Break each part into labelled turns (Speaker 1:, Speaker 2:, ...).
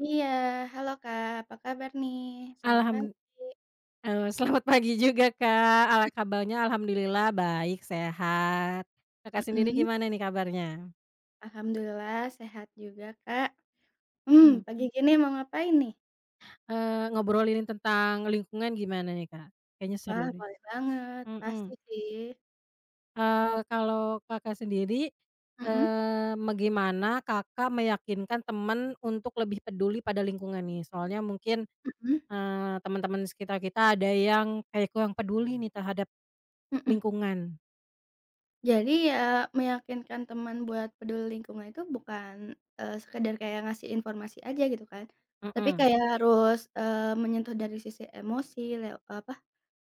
Speaker 1: Iya, halo Kak, apa kabar nih? Selamat
Speaker 2: Alham
Speaker 1: pagi.
Speaker 2: Selamat pagi juga, Kak. Kabarnya alhamdulillah baik, sehat. Kakak sendiri
Speaker 1: Mhm,
Speaker 2: gimana nih kabarnya?
Speaker 1: alhamdulillah sehat juga Kak. Mmm,
Speaker 2: Mhm,
Speaker 1: pagi gini mau ngapain nih?
Speaker 2: Ngobrolin tentang lingkungan gimana nih, Kak? Kayaknya
Speaker 1: Wah,
Speaker 2: seru nih.
Speaker 1: boleh banget,
Speaker 2: Mhm,
Speaker 1: pasti sih.
Speaker 2: eee, Kalau Kakak sendiri,
Speaker 1: Mhm,
Speaker 2: gimana Kakak meyakinkan teman untuk lebih peduli pada lingkungan nih? Soalnya mungkin,
Speaker 1: mhm,
Speaker 2: teman-teman sekitar kita ada yang kayak kurang peduli nih terhadap
Speaker 1: mhm.
Speaker 2: lingkungan.
Speaker 1: Jadi ya meyakinkan teman buat peduli lingkungan itu bukan, sekedar kayak ngasih informasi aja gitu kan, tapi
Speaker 2: Mhm.
Speaker 1: kayak harus, menyentuh dari sisi emosi apa,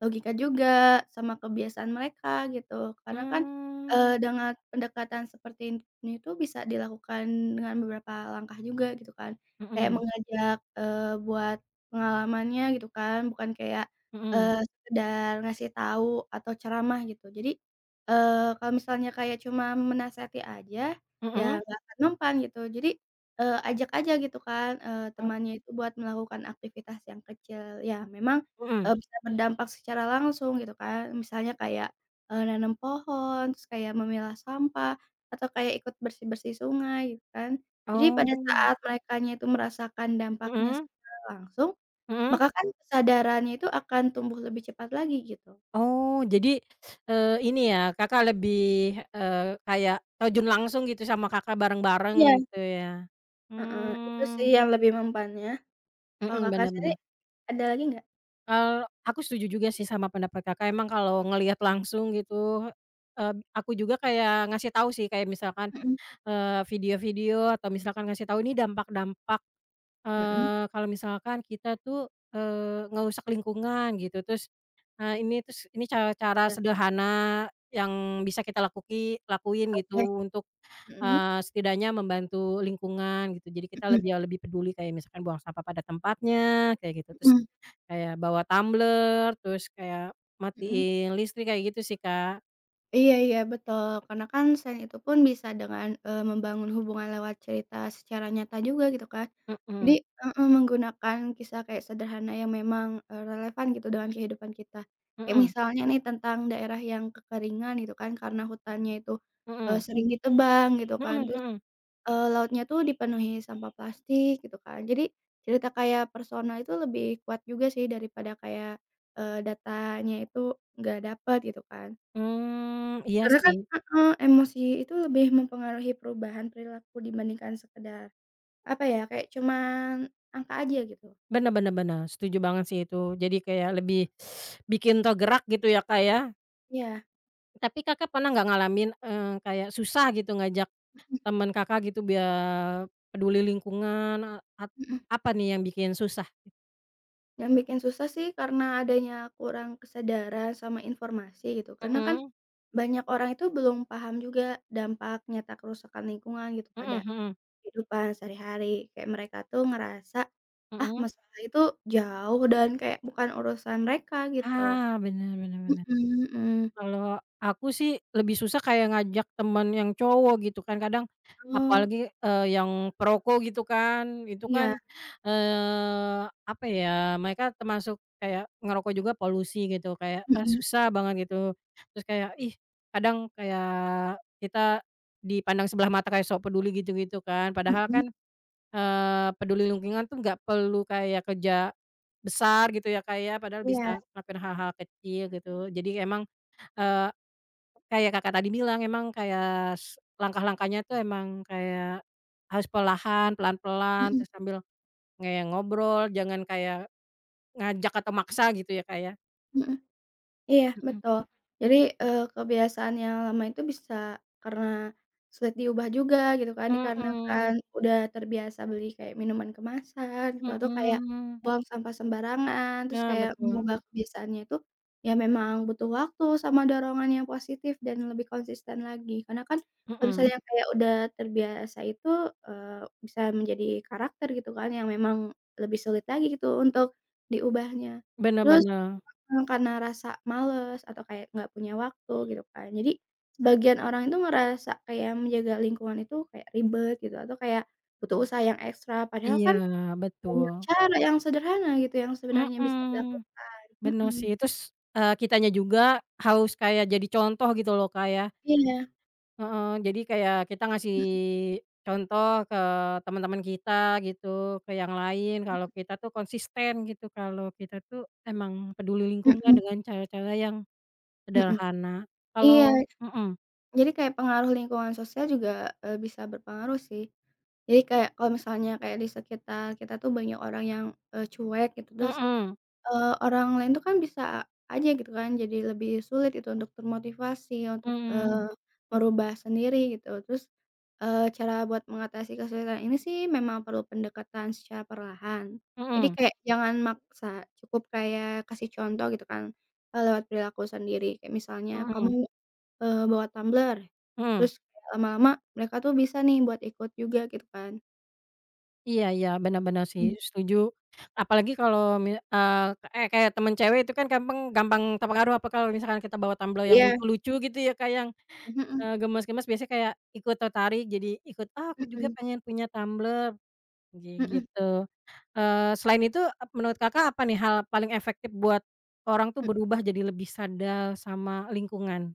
Speaker 1: logika juga sama kebiasaan mereka gitu. Karena kan,
Speaker 2: Mmm.
Speaker 1: dengan pendekatan seperti ini tuh bisa dilakukan dengan beberapa langkah juga gitu kan. Kayak
Speaker 2: Mhm,
Speaker 1: mengajak, buat pengalamannya gitu kan, bukan kayak,
Speaker 2: mhm.
Speaker 1: sekedar ngasih tahu atau ceramah gitu. Jadi kalau misalnya kayak cuma menasehati aja, ya
Speaker 2: Mhm.
Speaker 1: nggak akan mempan gitu. Jadi, ajak aja gitu kan, temannya itu buat melakukan aktivitas yang kecil. Ya memang,
Speaker 2: Oh. Mhm.
Speaker 1: bisa berdampak secara langsung gitu kan, misalnya kayak, nanam pohon, terus kayak memilah sampah, atau kayak ikut bersih-bersih sungai gitu kan. Jadi pada
Speaker 2: Oh.
Speaker 1: saat merekanya itu merasakan dampaknya
Speaker 2: Mhm,
Speaker 1: secara langsung,
Speaker 2: mhm.
Speaker 1: maka kan kesadarannya itu akan tumbuh lebih cepat lagi gitu.
Speaker 2: Oh, jadi, ini ya, Kakak lebih, kayak terjun langsung gitu sama Kakak bareng-bareng
Speaker 1: Iya.
Speaker 2: gitu ya?
Speaker 1: Heeh, itu sih
Speaker 2: Mmm,
Speaker 1: yang lebih mempannya. Kalau
Speaker 2: mhm,
Speaker 1: Kakak
Speaker 2: bener
Speaker 1: sendiri
Speaker 2: bener.
Speaker 1: ada lagi nggak?
Speaker 2: Kalau aku setuju juga sih sama pendapat Kakak, emang kalau ngelihat langsung gitu, eee, aku juga kayak ngasih tahu sih, kayak misalkan,
Speaker 1: Mhm,
Speaker 2: video-video atau misalkan ngasih tahu ini dampak-dampak.
Speaker 1: mhm.
Speaker 2: Kalau misalkan kita tuh, ngerusak lingkungan gitu, terus ini terus ini cara-cara
Speaker 1: Ya,
Speaker 2: sederhana yang bisa kita lakuin
Speaker 1: oke.
Speaker 2: gitu untuk,
Speaker 1: Mhm.
Speaker 2: setidaknya membantu lingkungan gitu, jadi kita
Speaker 1: Mhm,
Speaker 2: lebih lebih peduli kayak misalkan buang sampah pada tempatnya kayak gitu, terus
Speaker 1: mhm,
Speaker 2: kayak bawa tumbler, terus kayak
Speaker 1: mhm.
Speaker 2: matiin listrik kayak gitu sih Kak.
Speaker 1: Iya, iya, betul, karena kan selain itu pun bisa dengan, membangun hubungan lewat cerita secara nyata juga gitu kan. Jadi
Speaker 2: Mhm.
Speaker 1: heeh, menggunakan kisah kayak sederhana yang memang, relevan gitu dengan kehidupan kita.
Speaker 2: Mhm.
Speaker 1: Kayak
Speaker 2: Mhm.
Speaker 1: misalnya nih tentang daerah yang kekeringan gitu kan karena hutannya itu,
Speaker 2: Mhm.
Speaker 1: sering ditebang gitu kan,
Speaker 2: Mhm,
Speaker 1: terus
Speaker 2: mhm.
Speaker 1: Lautnya tuh dipenuhi sampah plastik gitu kan. Jadi cerita kayak personal itu lebih kuat juga sih daripada kayak, datanya itu nggak dapet gitu kan.
Speaker 2: Hmm, iya
Speaker 1: Karena kan
Speaker 2: sih.
Speaker 1: heeh, emosi itu lebih mempengaruhi perubahan perilaku dibandingkan sekedar, apa ya, kayak cuman angka aja gitu.
Speaker 2: Bener bener bener, setuju banget sih itu. Jadi kayak lebih bikin tergerak gitu ya, Kak, ya.
Speaker 1: Iya.
Speaker 2: Tapi Kakak pernah nggak ngalamin, kayak susah gitu ngajak
Speaker 1: Mhm,
Speaker 2: teman Kakak gitu biar peduli lingkungan, eee, at
Speaker 1: mhm.
Speaker 2: apa nih yang bikin susah?
Speaker 1: Yang bikin susah sih karena adanya kurang kesadaran sama informasi gitu, karena kan
Speaker 2: Mhm.
Speaker 1: banyak orang itu belum paham juga dampak nyata kerusakan lingkungan gitu
Speaker 2: Mhm,
Speaker 1: pada
Speaker 2: mhm,
Speaker 1: kehidupan sehari-hari, kayak mereka tuh ngerasa, ah,
Speaker 2: mhm.
Speaker 1: masalah itu jauh dan kayak bukan urusan mereka gitu.
Speaker 2: Ah, bener bener
Speaker 1: Mhm,
Speaker 2: bener.
Speaker 1: mhm. Mhm.
Speaker 2: Kalau aku sih lebih susah kayak ngajak teman yang cowok gitu kan, kadang
Speaker 1: Oh,
Speaker 2: apalagi, yang perokok gitu kan. Itu
Speaker 1: iya.
Speaker 2: kan, apa ya, mereka termasuk kayak ngerokok juga polusi gitu, kayak,
Speaker 1: Mhm,
Speaker 2: susah banget gitu, terus kayak ih, kadang kayak kita dipandang sebelah mata kayak sok peduli gitu-gitu kan, padahal
Speaker 1: mhm.
Speaker 2: kan, peduli lingkungan tuh nggak perlu kayak kerja besar gitu ya Kak ya, padahal
Speaker 1: Iya.
Speaker 2: bisa ngelakuin hal-hal kecil gitu, jadi emang, eee kayak Kakak tadi bilang, emang kayak s langkah-langkahnya tuh emang kayak harus perlahan, pelan-pelan,
Speaker 1: Mhm,
Speaker 2: terus sambil kayak ngobrol, jangan kayak ngajak atau maksa gitu ya, Kak, ya?
Speaker 1: mhm. Iya,
Speaker 2: Mhm.
Speaker 1: betul. Jadi, kebiasaan yang lama itu bisa karena sulit diubah juga gitu kan, dikarenakan
Speaker 2: Mhm,
Speaker 1: Udah terbiasa beli kayak minuman kemasan gitu, atau kayak
Speaker 2: mhm.
Speaker 1: buang sampah sembarangan, terus
Speaker 2: Nah,
Speaker 1: kayak
Speaker 2: betul.
Speaker 1: mengubah kebiasaannya itu, ya memang butuh waktu sama dorongan yang positif dan lebih konsisten lagi. Karena kan kalau
Speaker 2: Mhm.
Speaker 1: misalnya kayak udah terbiasa itu, bisa menjadi karakter gitu kan, yang memang lebih sulit lagi gitu untuk diubahnya.
Speaker 2: Bener
Speaker 1: Terus
Speaker 2: bener.
Speaker 1: Karena rasa males atau kayak nggak punya waktu gitu kan. Jadi sebagian orang itu ngerasa kayak menjaga lingkungan itu kayak ribet gitu atau kayak butuh usaha yang ekstra, padahal
Speaker 2: Iya,
Speaker 1: kan banyak
Speaker 2: betul.
Speaker 1: cara yang sederhana gitu yang sebenarnya bisa
Speaker 2: Mhm.
Speaker 1: dilakukan.
Speaker 2: Bener
Speaker 1: Mhm,
Speaker 2: sih, terus, kitanya juga harus kayak jadi contoh gitu loh, Kak, ya.
Speaker 1: iya,
Speaker 2: Heeh, jadi kayak kita ngasih
Speaker 1: mhm,
Speaker 2: contoh ke teman-teman kita gitu, ke yang lain,
Speaker 1: mhm,
Speaker 2: kalau kita tuh konsisten gitu, kalau kita tuh emang peduli lingkungan
Speaker 1: mhm,
Speaker 2: dengan cara-cara yang
Speaker 1: mhm.
Speaker 2: sederhana.
Speaker 1: Iya,
Speaker 2: Kalau. Mhm,
Speaker 1: jadi kayak pengaruh lingkungan sosial juga, bisa berpengaruh sih. Jadi kayak kalau misalnya kayak di sekitar kita tuh banyak orang yang, cuek gitu terus
Speaker 2: mhm,
Speaker 1: Orang lain tuh kan bisa aja gitu kan, jadi lebih sulit itu untuk termotivasi untuk,
Speaker 2: mhm,
Speaker 1: merubah sendiri gitu. Terus, cara buat mengatasi kesulitan ini sih memang perlu pendekatan secara perlahan. Jadi
Speaker 2: mhm,
Speaker 1: kayak jangan maksa, cukup kayak kasih contoh gitu kan, lewat perilaku sendiri. Kayak misalnya
Speaker 2: mhm,
Speaker 1: kamu, bawa tumbler,
Speaker 2: mhm,
Speaker 1: terus kayak lama-lama mereka tuh bisa nih buat ikut juga gitu kan.
Speaker 2: iya iya, benar-benar sih,
Speaker 1: Mmm,
Speaker 2: setuju. Apalagi kalau kayak kayak temen cewek itu kan gampang gampang terpengaruh, apa, kalau misalkan kita bawa tumbler yang
Speaker 1: iya.
Speaker 2: lucu-lucu gitu ya, Kak, ya.
Speaker 1: Mhm, mhm,
Speaker 2: Gemes-gemes biasanya kayak ikut tertarik, jadi ikut, "Ah, aku juga
Speaker 1: mhm,
Speaker 2: pengen punya tumbler," gi
Speaker 1: mhm.
Speaker 2: gitu. Selain itu, menurut Kakak apa nih hal paling efektif buat orang tuh
Speaker 1: Mhm.
Speaker 2: berubah jadi lebih sadar sama lingkungan?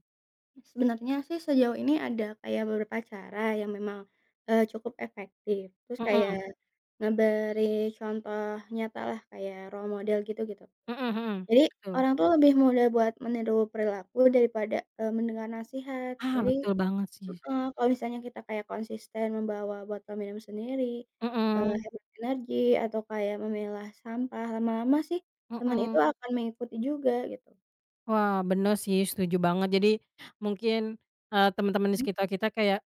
Speaker 1: Sebenarnya sih sejauh ini ada kayak beberapa cara yang memang, cukup efektif. Terus kayak
Speaker 2: Mhm,
Speaker 1: ngeberi contoh nyata lah kayak role model gitu-gitu.
Speaker 2: mhm mhm,
Speaker 1: Jadi
Speaker 2: betul.
Speaker 1: orang tuh lebih mudah buat meniru perilaku daripada, mendengar nasihat.
Speaker 2: Ah,
Speaker 1: Jadi
Speaker 2: betul banget sih.
Speaker 1: heeh, kalau misalnya kita kayak konsisten membawa botol minum sendiri,
Speaker 2: Mhm,
Speaker 1: hemat energi, atau kayak memilah sampah, lama-lama sih teman itu
Speaker 2: mhm.
Speaker 1: akan mengikuti juga gitu.
Speaker 2: Wah, bener sih, setuju banget. Jadi mungkin, teman-teman di
Speaker 1: Mhm.
Speaker 2: sekitar kita kayak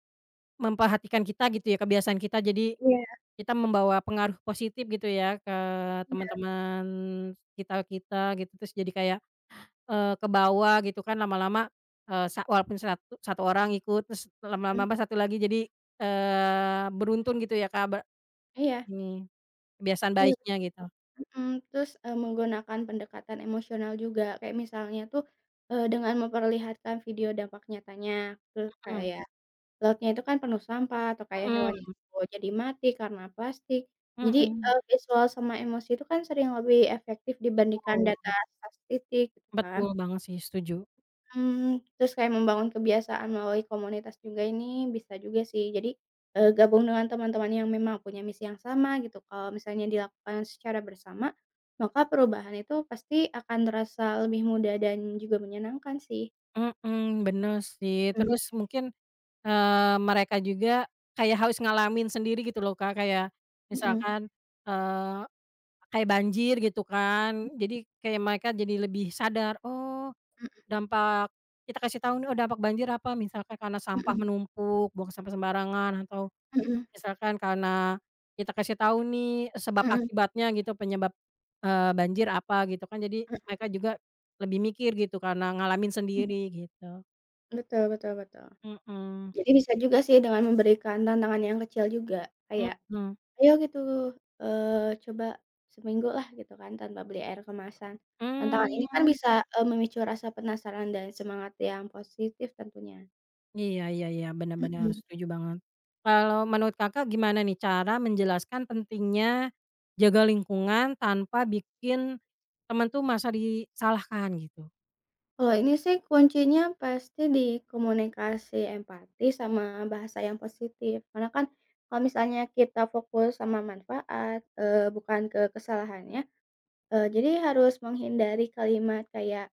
Speaker 2: memperhatikan kita gitu ya, kebiasaan kita, jadi
Speaker 1: Iya,
Speaker 2: kita membawa pengaruh positif gitu ya ke teman-teman kita-kita gitu, terus jadi kayak, eh, ke bawah gitu kan, lama-lama, eee, sa walaupun satu satu orang ikut, terus
Speaker 1: mhm,
Speaker 2: lama-lama satu lagi jadi, beruntun gitu ya Kak,
Speaker 1: iya.
Speaker 2: ini kebiasaan
Speaker 1: Iya,
Speaker 2: baiknya
Speaker 1: betul, Kak.
Speaker 2: gitu.
Speaker 1: Mhm, terus, menggunakan pendekatan emosional juga, kayak misalnya tuh, dengan memperlihatkan video dampak nyatanya, terus
Speaker 2: Mhm.
Speaker 1: kayak lautnya itu kan penuh sampah atau kayak hewan
Speaker 2: Mhm.
Speaker 1: itu jadi mati karena plastik. Jadi,
Speaker 2: Mhm,
Speaker 1: visual sama emosi itu kan sering lebih efektif dibandingkan
Speaker 2: betul
Speaker 1: data statistik gitu kan.
Speaker 2: betul banget sih, setuju.
Speaker 1: Mmm, terus kayak membangun kebiasaan melalui komunitas juga ini bisa juga sih. Jadi, gabung dengan teman-teman yang memang punya misi yang sama gitu. Kalau misalnya dilakukan secara bersama, maka perubahan itu pasti akan terasa lebih mudah dan juga menyenangkan sih.
Speaker 2: Mhm, bener sih,
Speaker 1: Mmm.
Speaker 2: terus mungkin, mereka juga kayak harus ngalamin sendiri gitu loh Kak, kayak
Speaker 1: Mhm.
Speaker 2: misalkan, kayak banjir gitu kan, jadi kayak mereka jadi lebih sadar, "Oh, dampak," kita kasih tahu nih, "Oh, dampak banjir apa," misalkan karena sampah
Speaker 1: Mhm,
Speaker 2: menumpuk, buang sampah sembarangan, atau
Speaker 1: mhm, mhm,
Speaker 2: misalkan karena kita kasih tahu nih sebab
Speaker 1: mhm,
Speaker 2: akibatnya gitu, penyebab, banjir apa gitu kan, jadi mereka juga lebih mikir gitu karena ngalamin
Speaker 1: mhm.
Speaker 2: sendiri gitu.
Speaker 1: Betul, betul, betul.
Speaker 2: Mhm,
Speaker 1: Jadi bisa juga sih dengan memberikan tantangan yang kecil juga, kayak
Speaker 2: mhm,
Speaker 1: ayo gitu, coba seminggu lah gitu kan tanpa beli air kemasan. Tantangan ini kan
Speaker 2: mmm.
Speaker 1: bisa, memicu rasa penasaran dan semangat yang positif tentunya.
Speaker 2: Iya iya iya, benar-benar
Speaker 1: Mhm.
Speaker 2: setuju banget. Kalau menurut Kakak gimana nih cara menjelaskan pentingnya jaga lingkungan tanpa bikin teman tuh merasa disalahkan gitu?
Speaker 1: Kalau ini sih kuncinya pasti di komunikasi empati sama bahasa yang positif, karena kan kalau misalnya kita fokus sama manfaat, bukan ke kesalahannya, jadi harus menghindari kalimat kayak,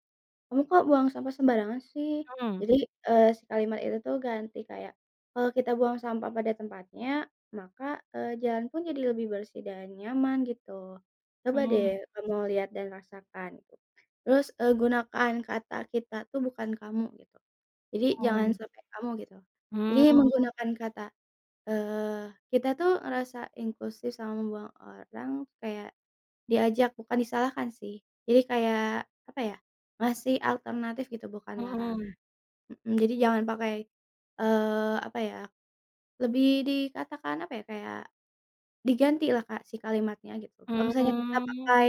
Speaker 1: "Kamu kok buang sampah sembarangan sih?"
Speaker 2: Mhm.
Speaker 1: Jadi, si kalimat itu tuh ganti kayak, "Kalau kita buang sampah pada tempatnya, maka, jalan pun jadi lebih bersih dan nyaman," gitu. Coba
Speaker 2: Mmm.
Speaker 1: deh kamu lihat dan rasakan gitu. Terus, gunakan kata "kita" tuh bukan "kamu" gitu. Jadi jangan
Speaker 2: Mmm.
Speaker 1: sampai "kamu" gitu. Jadi
Speaker 2: Mmm.
Speaker 1: menggunakan kata, "kita" tuh ngerasa inklusif sama membuang orang kayak diajak, bukan disalahkan sih. Jadi kayak, apa ya, ngasih alternatif gitu, bukan larangan.
Speaker 2: Mhm.
Speaker 1: Mhm, jadi jangan pakai, apa ya, lebih dikatakan, apa ya, kayak diganti lah Kak, si kalimatnya gitu. Kalau misalnya kita
Speaker 2: Mmm.
Speaker 1: pakai,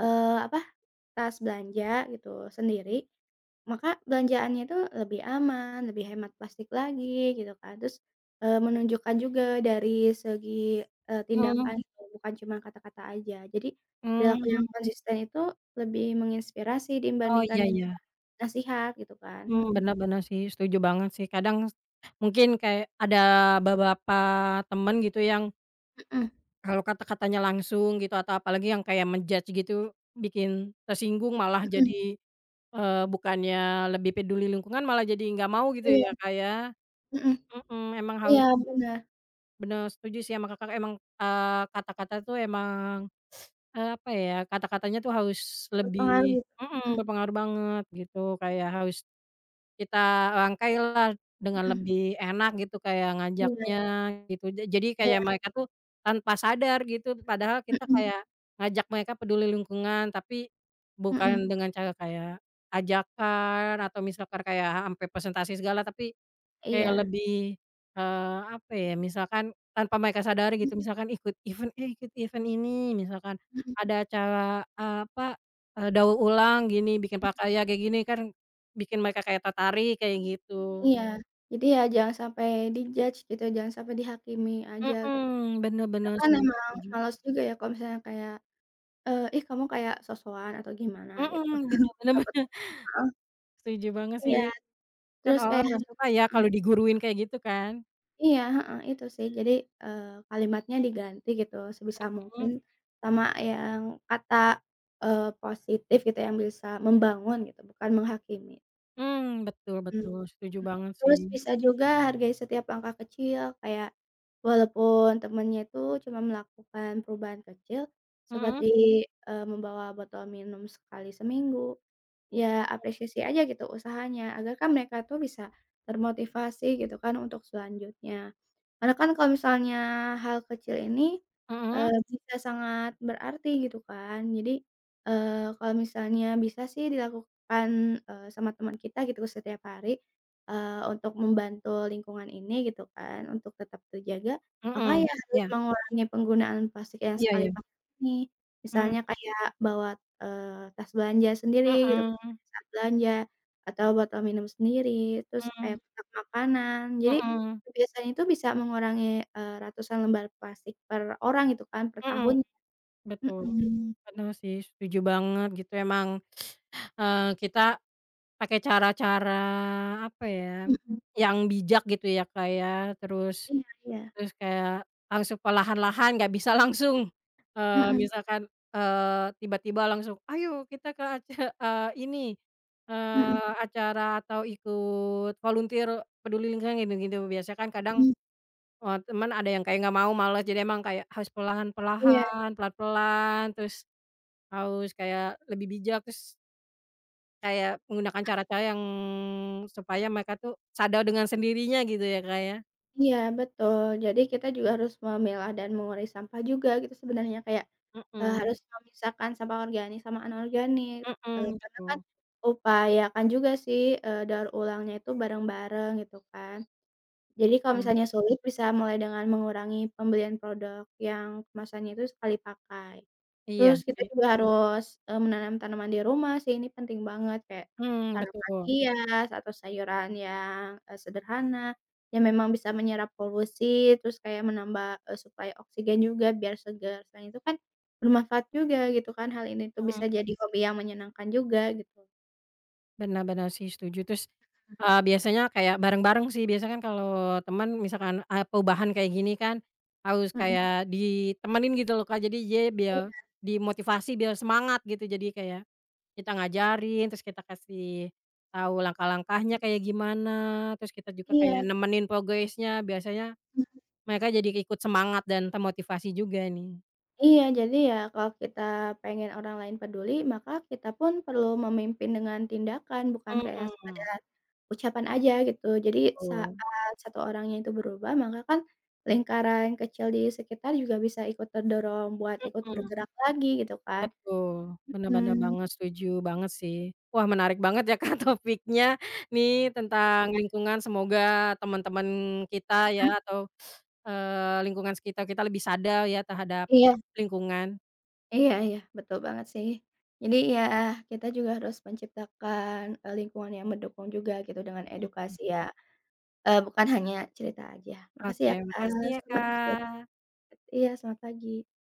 Speaker 1: apa tas belanja gitu sendiri, maka belanjaannya itu lebih aman, lebih hemat plastik lagi gitu kan. Terus, menunjukkan juga dari segi,
Speaker 2: Mhm.
Speaker 1: tindakan gitu, bukan cuma kata-kata aja. Jadi perilaku
Speaker 2: Mmm.
Speaker 1: yang konsisten itu lebih menginspirasi
Speaker 2: Oh,
Speaker 1: dibandingkan
Speaker 2: iya iya.
Speaker 1: kayak nasihat gitu kan,
Speaker 2: Mmm.
Speaker 1: mhm.
Speaker 2: Benar bener sih, setuju banget sih. Kadang mungkin kayak ada beberapa temen gitu yang
Speaker 1: Mhm,
Speaker 2: kalau kata-katanya langsung gitu atau apalagi yang kayak men-judge gitu, bikin tersinggung, malah
Speaker 1: mhm,
Speaker 2: jadi, bukannya lebih peduli lingkungan malah jadi nggak mau gitu
Speaker 1: iya,
Speaker 2: ya, Kak, ya.
Speaker 1: mhm,
Speaker 2: Mhm, emang harus
Speaker 1: iya, bener,
Speaker 2: bener, setuju sih sama Kakak, emang, kata-kata tuh emang, apa ya, kata-katanya tuh harus
Speaker 1: berpengaruh
Speaker 2: lebih
Speaker 1: gitu,
Speaker 2: mhm,
Speaker 1: mhm,
Speaker 2: berpengaruh banget gitu, kayak harus kita rangkailah dengan
Speaker 1: mhm,
Speaker 2: lebih enak gitu kayak ngajaknya
Speaker 1: iya,
Speaker 2: gitu. Jadi
Speaker 1: iya,
Speaker 2: kayak mereka tuh tanpa sadar gitu, padahal kita
Speaker 1: mhm,
Speaker 2: kayak ngajak mereka peduli lingkungan, tapi
Speaker 1: mhm,
Speaker 2: bukan dengan cara kayak ajakan atau misalkan kayak sampai presentasi segala, tapi kayak
Speaker 1: iya,
Speaker 2: lebih, apa ya, misalkan tanpa mereka sadari
Speaker 1: mhm,
Speaker 2: gitu, misalkan ikut event, "Eh, ikut event ini," misalkan
Speaker 1: mhm.
Speaker 2: ada acara, eee, apa, daur ulang gini, bikin prakarya kayak gini kan, bikin mereka kayak tertarik kayak gitu.
Speaker 1: Iya, jadi ya jangan sampai di-judge gitu, jangan sampai dihakimi aja gitu.
Speaker 2: Mhm, bener
Speaker 1: Karena
Speaker 2: bener
Speaker 1: kan
Speaker 2: sih,
Speaker 1: emang
Speaker 2: setuju.
Speaker 1: males juga ya kalau misalnya kayak, "Ih kamu kayak sosokan," atau gimana gitu.
Speaker 2: Mhm, bener bener
Speaker 1: Takutnya
Speaker 2: bener,
Speaker 1: heeh,
Speaker 2: setuju banget sih.
Speaker 1: iya,
Speaker 2: Kan
Speaker 1: terus
Speaker 2: orang
Speaker 1: kayak
Speaker 2: nggak
Speaker 1: harus
Speaker 2: suka ya
Speaker 1: heeh,
Speaker 2: kalau diguruin kayak gitu kan.
Speaker 1: iya, heeh, itu sih. Jadi, kalimatnya diganti gitu sebisa
Speaker 2: Mhm,
Speaker 1: mungkin sama yang kata, positif gitu yang bisa membangun gitu, bukan menghakimi.
Speaker 2: mmm, betul
Speaker 1: Mmm.
Speaker 2: betul, setuju banget sih.
Speaker 1: Terus bisa juga hargai setiap langkah kecil, kayak walaupun temennya itu cuma melakukan perubahan kecil,
Speaker 2: Mhm,
Speaker 1: seperti, membawa botol minum sekali seminggu, ya apresiasi aja gitu usahanya, agar kan mereka tuh bisa termotivasi gitu kan untuk selanjutnya. Karena kan kalau misalnya hal kecil ini,
Speaker 2: mhm,
Speaker 1: bisa sangat berarti gitu kan. Jadi, kalau misalnya bisa sih dilakukan, sama teman kita gitu setiap hari, untuk membantu lingkungan ini gitu kan, untuk tetap terjaga, maka
Speaker 2: mhm,
Speaker 1: ya harus
Speaker 2: iya,
Speaker 1: mengurangi penggunaan plastik yang
Speaker 2: iya
Speaker 1: sekali
Speaker 2: iya,
Speaker 1: pakai ini.
Speaker 2: mhm,
Speaker 1: Misalnya kayak bawa, tas belanja sendiri gitu
Speaker 2: mhm.
Speaker 1: saat belanja, atau botol minum sendiri, terus kayak
Speaker 2: Mmm,
Speaker 1: kotak makanan. Jadi,
Speaker 2: mhm
Speaker 1: kebiasaan itu bisa mengurangi, ratusan lembar plastik per orang gitu kan, per
Speaker 2: mhm,
Speaker 1: tahun.
Speaker 2: betul,
Speaker 1: Mhm.
Speaker 2: bener sih, setuju banget gitu, emang, kita pakai cara-cara, apa ya,
Speaker 1: Mhm.
Speaker 2: yang bijak gitu ya, Kak, ya, terus
Speaker 1: Iya, iya.
Speaker 2: terus kayak langsung perlahan-lahan, nggak bisa langsung,
Speaker 1: Mhm,
Speaker 2: misalkan, tiba-tiba langsung, "Ayo kita ke ini,
Speaker 1: mhm,
Speaker 2: acara atau ikut volunteer peduli lingkungan," gitu-gitu. Biasanya kan kadang,
Speaker 1: mhm.
Speaker 2: oh, teman ada yang kayak nggak mau, males, jadi emang kayak harus
Speaker 1: Iya,
Speaker 2: perlahan-perlahan, pelan-pelan, terus harus kayak lebih bijak, terus kayak menggunakan cara-cara yang supaya mereka tuh sadar dengan sendirinya gitu ya, Kak, ya?
Speaker 1: iya, betul. Jadi kita juga harus memilah dan mengurai sampah juga gitu sebenarnya, kayak,
Speaker 2: Mhm,
Speaker 1: harus memisahkan sampah organik sama anorganik,
Speaker 2: mhm,
Speaker 1: karena
Speaker 2: betul,
Speaker 1: kan upayakan juga sih, daur ulangnya itu bareng-bareng gitu kan. Jadi kalau
Speaker 2: mhm,
Speaker 1: misalnya sulit bisa mulai dengan mengurangi pembelian produk yang kemasannya itu sekali pakai.
Speaker 2: iya
Speaker 1: Terus kita
Speaker 2: sih,
Speaker 1: juga harus, menanam tanaman di rumah sih, ini penting banget kayak
Speaker 2: mhm,
Speaker 1: tanaman
Speaker 2: betul,
Speaker 1: hias atau sayuran yang, sederhana, yang memang bisa menyerap polusi, terus kayak menambah, suplai oksigen juga biar segar. Selain itu kan bermanfaat juga gitu kan, hal ini tuh
Speaker 2: mhm.
Speaker 1: bisa jadi hobi yang menyenangkan juga gitu.
Speaker 2: Benar benar sih, setuju. Terus, biasanya kayak bareng-bareng sih, biasanya kan kalau teman misalkan, perubahan kayak gini kan, harus
Speaker 1: Mhm.
Speaker 2: kayak ditemenin gitu loh, Kak. Jadi dia biar dimotivasi, biar semangat gitu. Jadi kayak kita ngajarin, terus kita kasih tahu langkah-langkahnya kayak gimana, terus kita juga
Speaker 1: Iya,
Speaker 2: kayak nemenin progresnya. Biasanya
Speaker 1: iya.
Speaker 2: mereka jadi ikut semangat dan termotivasi juga nih.
Speaker 1: Iya, jadi ya kalau kita pengen orang lain peduli, maka kita pun perlu memimpin dengan tindakan, bukan kayak
Speaker 2: Mhm,
Speaker 1: sekadar ucapan aja gitu. Jadi
Speaker 2: betul.
Speaker 1: saat satu orangnya itu berubah, maka kan lingkaran kecil di sekitar juga bisa ikut terdorong buat ikut
Speaker 2: Mhm.
Speaker 1: bergerak lagi gitu kan.
Speaker 2: Betul, bener bener
Speaker 1: Mmm,
Speaker 2: banget, setuju banget sih. Wah, menarik banget ya Kak topiknya nih tentang
Speaker 1: iya,
Speaker 2: lingkungan, semoga teman-teman kita
Speaker 1: mhm.
Speaker 2: ya atau, lingkungan sekitar kita lebih sadar ya terhadap
Speaker 1: Iya,
Speaker 2: lingkungan.
Speaker 1: iya, iya, betul banget sih. Jadi ya kita juga harus menciptakan, lingkungan yang mendukung juga gitu dengan edukasi ya. Bukan hanya cerita aja. Makasih
Speaker 2: Oke,
Speaker 1: ya, Kak,
Speaker 2: makasih ya
Speaker 1: selamat istirahat.
Speaker 2: Kak.
Speaker 1: Iya, selamat pagi.